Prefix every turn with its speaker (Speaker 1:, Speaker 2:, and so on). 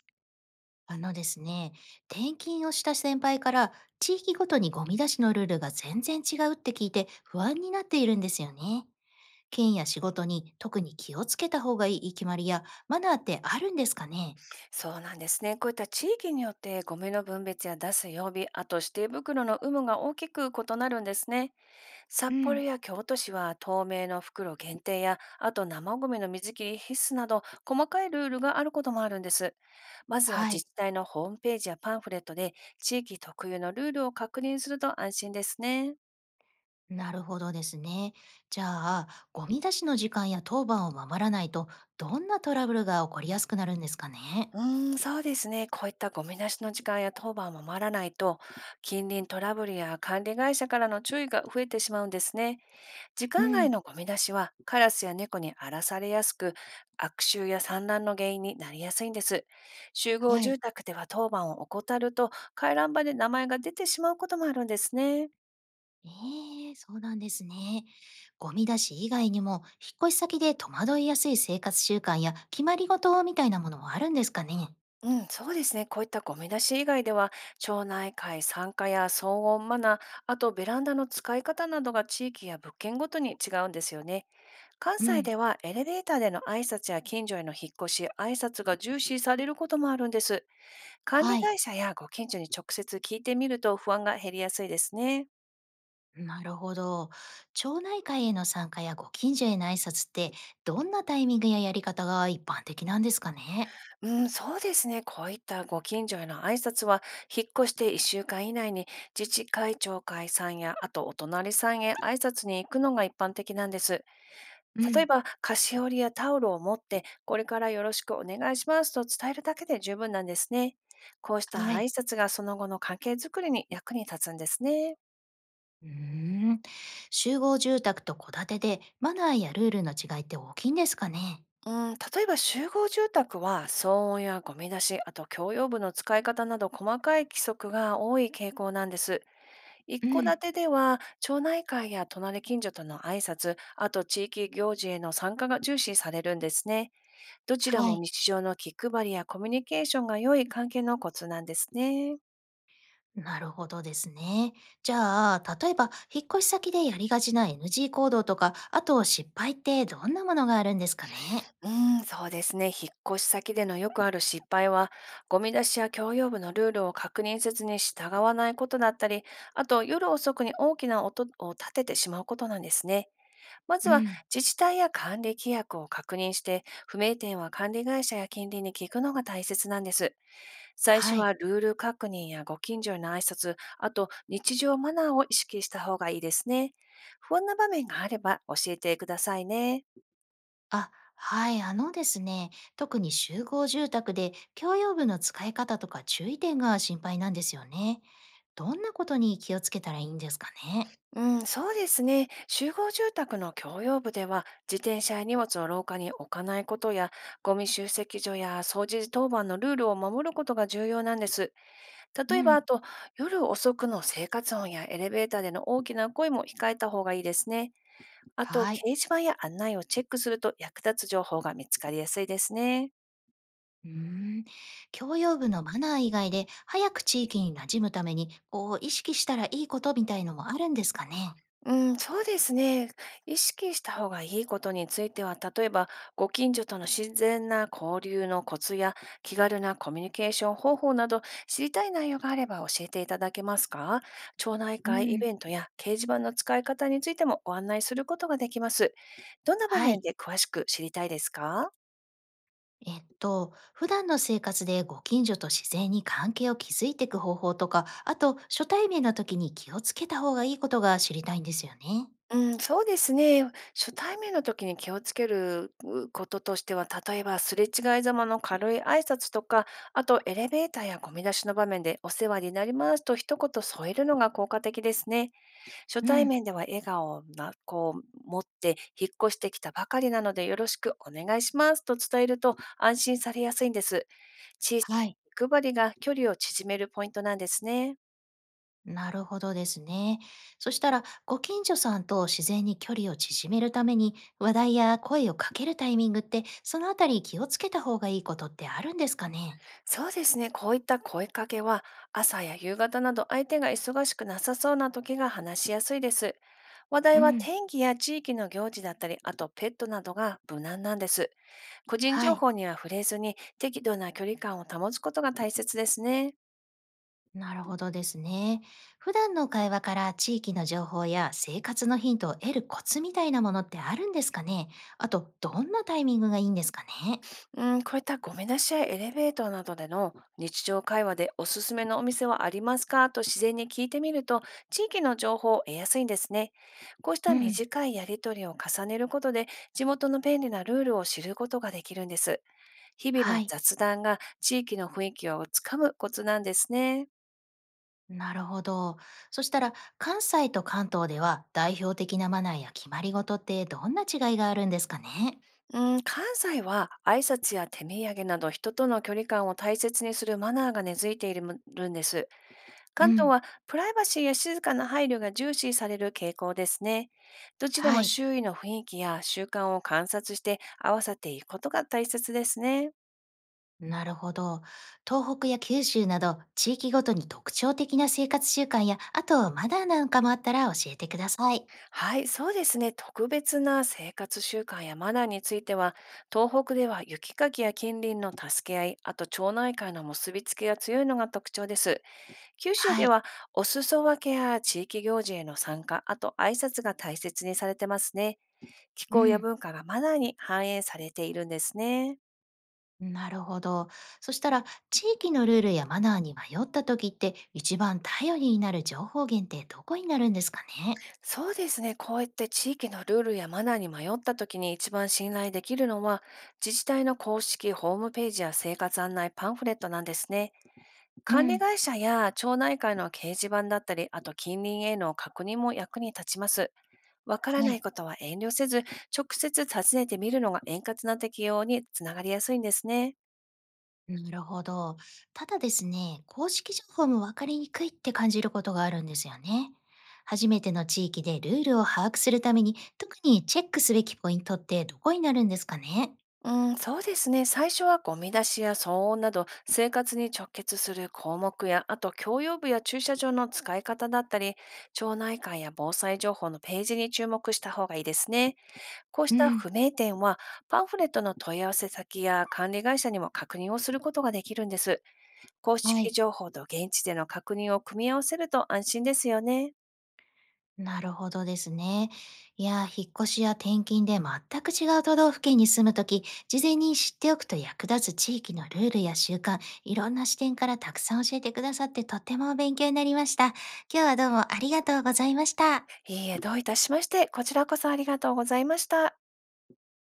Speaker 1: あのですね、転勤をした先輩から地域ごとにゴミ出しのルールが全然違うって聞いて不安になっているんですよね。県や仕事に特に気をつけた方がいい決まりやマナーってあるんですかね？
Speaker 2: そうなんですね。こういった地域によってゴミの分別や出す曜日、あと指定袋の有無が大きく異なるんですね。札
Speaker 1: う
Speaker 2: 幌
Speaker 1: ん、
Speaker 2: や京都市は透明の袋限定や、あと生ゴミの水切り必須など、細かいルールがあることもあるんです。まずは
Speaker 1: は
Speaker 2: 自
Speaker 1: い。
Speaker 2: 治体のホームページやパンフレットで、地域特有のルールを確認すると安心ですね。
Speaker 1: なるほどですね。じゃあ、ゴミ出しの時間や当番を守らないとどんなトラブルが起こりやすくなるんですかね？
Speaker 2: うーん、そうですね。こういったゴミ出しの時間や当番を守らないと、近隣トラブルや管理会社からの注意が増えてしまうんですね。時
Speaker 1: う
Speaker 2: 間外
Speaker 1: ん、
Speaker 2: のゴミ出しはカラスや猫に荒らされやすく、悪臭や産卵の原因になりやすいんです。集合
Speaker 1: はい。
Speaker 2: 住宅では当番を怠ると、回覧板で名前が出てしまうこともあるんですね。
Speaker 1: ええ、そうなんですね。ゴミ出し以外にも、引っ越し先で戸惑いやすい生活習慣や決まり事みたいなものはあるんですかね？
Speaker 2: うん、そうですね。こういったゴミ出し以外では、町内会参加や騒音マナー、あとベランダの使い方などが地域や物件ごとに違うんですよね。関
Speaker 1: う
Speaker 2: 西
Speaker 1: ん。
Speaker 2: ではエレベーターでの挨拶や近所への引っ越し、挨拶が重視されることもあるんです。管
Speaker 1: は
Speaker 2: 理
Speaker 1: い。
Speaker 2: 会社やご近所に直接聞いてみると、不安が減りやすいですね。
Speaker 1: なるほど。町内会への参加やご近所への挨拶って、どんなタイミングややり方が一般的なんですかね？
Speaker 2: うん、そうですね。こういったご近所への挨拶は、引っ越して1週間以内に自治会長会さんや、あとお隣さんへ挨拶に行くのが一般的なんです。
Speaker 1: う
Speaker 2: 例え
Speaker 1: ん。
Speaker 2: ば、菓子折りやタオルを持って、これからよろしくお願いしますと伝えるだけで十分なんですね。こうした
Speaker 1: は
Speaker 2: 挨
Speaker 1: い。
Speaker 2: 拶がその後の関係づくりに役に立つんですね。
Speaker 1: うーん。集合住宅と戸建てで、マナーやルールの違いって大きいんですかね？
Speaker 2: うん、例えば集合住宅は騒音やゴミ出し、あと共用部の使い方など細かい規則が多い傾向なんです。一
Speaker 1: う
Speaker 2: 戸建
Speaker 1: ん。
Speaker 2: てでは町内会や隣近所との挨拶、あと地域行事への参加が重視されるんですね。どちら
Speaker 1: は
Speaker 2: も
Speaker 1: い。
Speaker 2: 日常の気配りやコミュニケーションが良い関係のコツなんですね。
Speaker 1: なるほどですね。じゃあ、例えば、引っ越し先でやりがちな NG 行動とか、あと失敗ってどんなものがあるんですかね？
Speaker 2: うん、そうですね。引っ越し先でのよくある失敗は、ゴミ出しや共用部のルールを確認せずに従わないことだったり、あと夜遅くに大きな音を立ててしまうことなんですね。まず
Speaker 1: う
Speaker 2: は
Speaker 1: ん、
Speaker 2: 自治体や管理規約を確認して、不明点は管理会社や近隣に聞くのが大切なんです。最初
Speaker 1: は
Speaker 2: は
Speaker 1: い。
Speaker 2: ルール確認やご近所への挨拶、あと日常マナーを意識した方がいいですね。不安な場面があれば教えてくださいね。
Speaker 1: あ、はい。あのですね、特に集合住宅で共用部の使い方とか注意点が心配なんですよね。どんなことに気をつけたらいいんですかね？
Speaker 2: うん、そうですね。集合住宅の共用部では、自転車や荷物を廊下に置かないことや、ゴミ集積所や掃除当番のルールを守ることが重要なんです。
Speaker 1: う
Speaker 2: 例えば、あ
Speaker 1: ん、
Speaker 2: と、夜遅くの生活音やエレベーターでの大きな声も控えた方がいいですね。あと、掲
Speaker 1: はい。
Speaker 2: 示板や案内をチェックすると、役立つ情報が見つかりやすいですね。
Speaker 1: うーん。共用部のマナー以外で、早く地域に馴染むために、こう、意識したらいいことみたいのもあるんですかね？
Speaker 2: うん、そうですね。意識した方がいいことについては、例えば、ご近所との自然な交流のコツや、気軽なコミュニケーション方法など、知りたい内容があれば教えていただけますか？町内
Speaker 1: う
Speaker 2: 会イ
Speaker 1: ん。
Speaker 2: ベントや掲示板の使い方についてもご案内することができます。どんな場
Speaker 1: は
Speaker 2: 面
Speaker 1: い。
Speaker 2: で詳しく知りたいですか？
Speaker 1: えっと、普段の生活でご近所と自然に関係を築いていく方法とか、あと初対面の時に気をつけた方がいいことが知りたいんですよね。
Speaker 2: うん、そうですね。初対面の時に気をつけるうこととしては、例えばすれ違いざまの軽い挨拶とか、あとエレベーターやゴミ出しの場面でお世話になりますと一言添えるのが効果的ですね。初
Speaker 1: う
Speaker 2: 対
Speaker 1: ん。
Speaker 2: 面では笑顔をなこう持って、引っ越してきたばかりなのでよろしくお願いしますと伝えると安心されやすいんです。小さ
Speaker 1: はい。
Speaker 2: な気配りが距離を縮めるポイントなんですね。
Speaker 1: なるほどですね。そしたら、ご近所さんと自然に距離を縮めるために、話題や声をかけるタイミングって、そのあたり気をつけた方がいいことってあるんですかね？
Speaker 2: そうですね。こういった声かけは、朝や夕方など相手が忙しくなさそうな時が話しやすいです。話題
Speaker 1: う
Speaker 2: は
Speaker 1: ん。
Speaker 2: 天気や地域の行事だったり、あとペットなどが無難なんです。個人
Speaker 1: は
Speaker 2: 情
Speaker 1: い。
Speaker 2: 報には触れずに、適度な距離感を保つことが大切ですね。
Speaker 1: なるほどですね。普段の会話から地域の情報や生活のヒントを得るコツみたいなものってあるんですかね？あと、どんなタイミングがいいんですかね？
Speaker 2: うん、こういったごめんなさい、エレベーターなどでの日常会話でおすすめのお店はありますかと自然に聞いてみると、地域の情報を得やすいんですね。こうし
Speaker 1: う
Speaker 2: た
Speaker 1: ん。
Speaker 2: 短いやりとりを重ねることで、地元の便利なルールを知ることができるんです。日々
Speaker 1: は
Speaker 2: の
Speaker 1: い。
Speaker 2: 雑談が地域の雰囲気をつかむコツなんですね。
Speaker 1: なるほど。そしたら、関西と関東では代表的なマナーや決まり事ってどんな違いがあるんですかね？
Speaker 2: うん、関西は挨拶や手土産など人との距離感を大切にするマナーが根付いているんです。
Speaker 1: う
Speaker 2: 関東
Speaker 1: ん。
Speaker 2: はプライバシーや静かな配慮が重視される傾向ですね。どちら
Speaker 1: は
Speaker 2: も
Speaker 1: い。
Speaker 2: 周囲の雰囲気や習慣を観察して合わせていくことが大切ですね。
Speaker 1: なるほど。東北や九州など地域ごとに特徴的な生活習慣や、あとマナーなんかもあったら教えてください。
Speaker 2: はい、そうですね。特別な生活習慣やマナーについては、東北では雪かきや近隣の助け合い、あと町内会の結びつきが強いのが特徴です。九州
Speaker 1: は
Speaker 2: で
Speaker 1: い。
Speaker 2: はお裾分けや地域行事への参加、あと挨拶が大切にされてますね。気
Speaker 1: う
Speaker 2: 候や
Speaker 1: ん。
Speaker 2: 文化がマナーに反映されているんですね。
Speaker 1: なるほど。そしたら、地域のルールやマナーに迷った時って、一番頼りになる情報源ってどこになるんですかね？
Speaker 2: そうですね。こういって地域のルールやマナーに迷った時に一番信頼できるのは、自治体の公式ホームページや生活案内パンフレットなんですね。
Speaker 1: う
Speaker 2: 管理
Speaker 1: ん。
Speaker 2: 会社や町内会の掲示板だったり、あと近隣への確認も役に立ちます。わから
Speaker 1: は
Speaker 2: ない
Speaker 1: い。
Speaker 2: ことは遠慮せず、直接尋ねてみるのが円滑な適用につながりやすいんですね。
Speaker 1: なるほど。ただですね、公式情報も分かりにくいって感じることがあるんですよね。初めての地域でルールを把握するために、特にチェックすべきポイントってどこになるんですかね？
Speaker 2: うん、そうですね。最初はゴミ出しや騒音など生活に直結する項目や、あと共用部や駐車場の使い方だったり、町内会や防災情報のページに注目した方がいいですね。こうし
Speaker 1: う
Speaker 2: た
Speaker 1: ん。
Speaker 2: 不明点は、パンフレットの問い合わせ先や管理会社にも確認をすることができるんです。公
Speaker 1: は
Speaker 2: 式
Speaker 1: い。
Speaker 2: 情報と現地での確認を組み合わせると安心ですよね。
Speaker 1: なるほどですね。いやー、引っ越しや転勤で全く違う都道府県に住むとき、事前に知っておくと役立つ地域のルールや習慣、いろんな視点からたくさん教えてくださってとても勉強になりました。今日はどうもありがとうございました。
Speaker 2: いいえ、どういたしまして、こちらこそありがとうございました。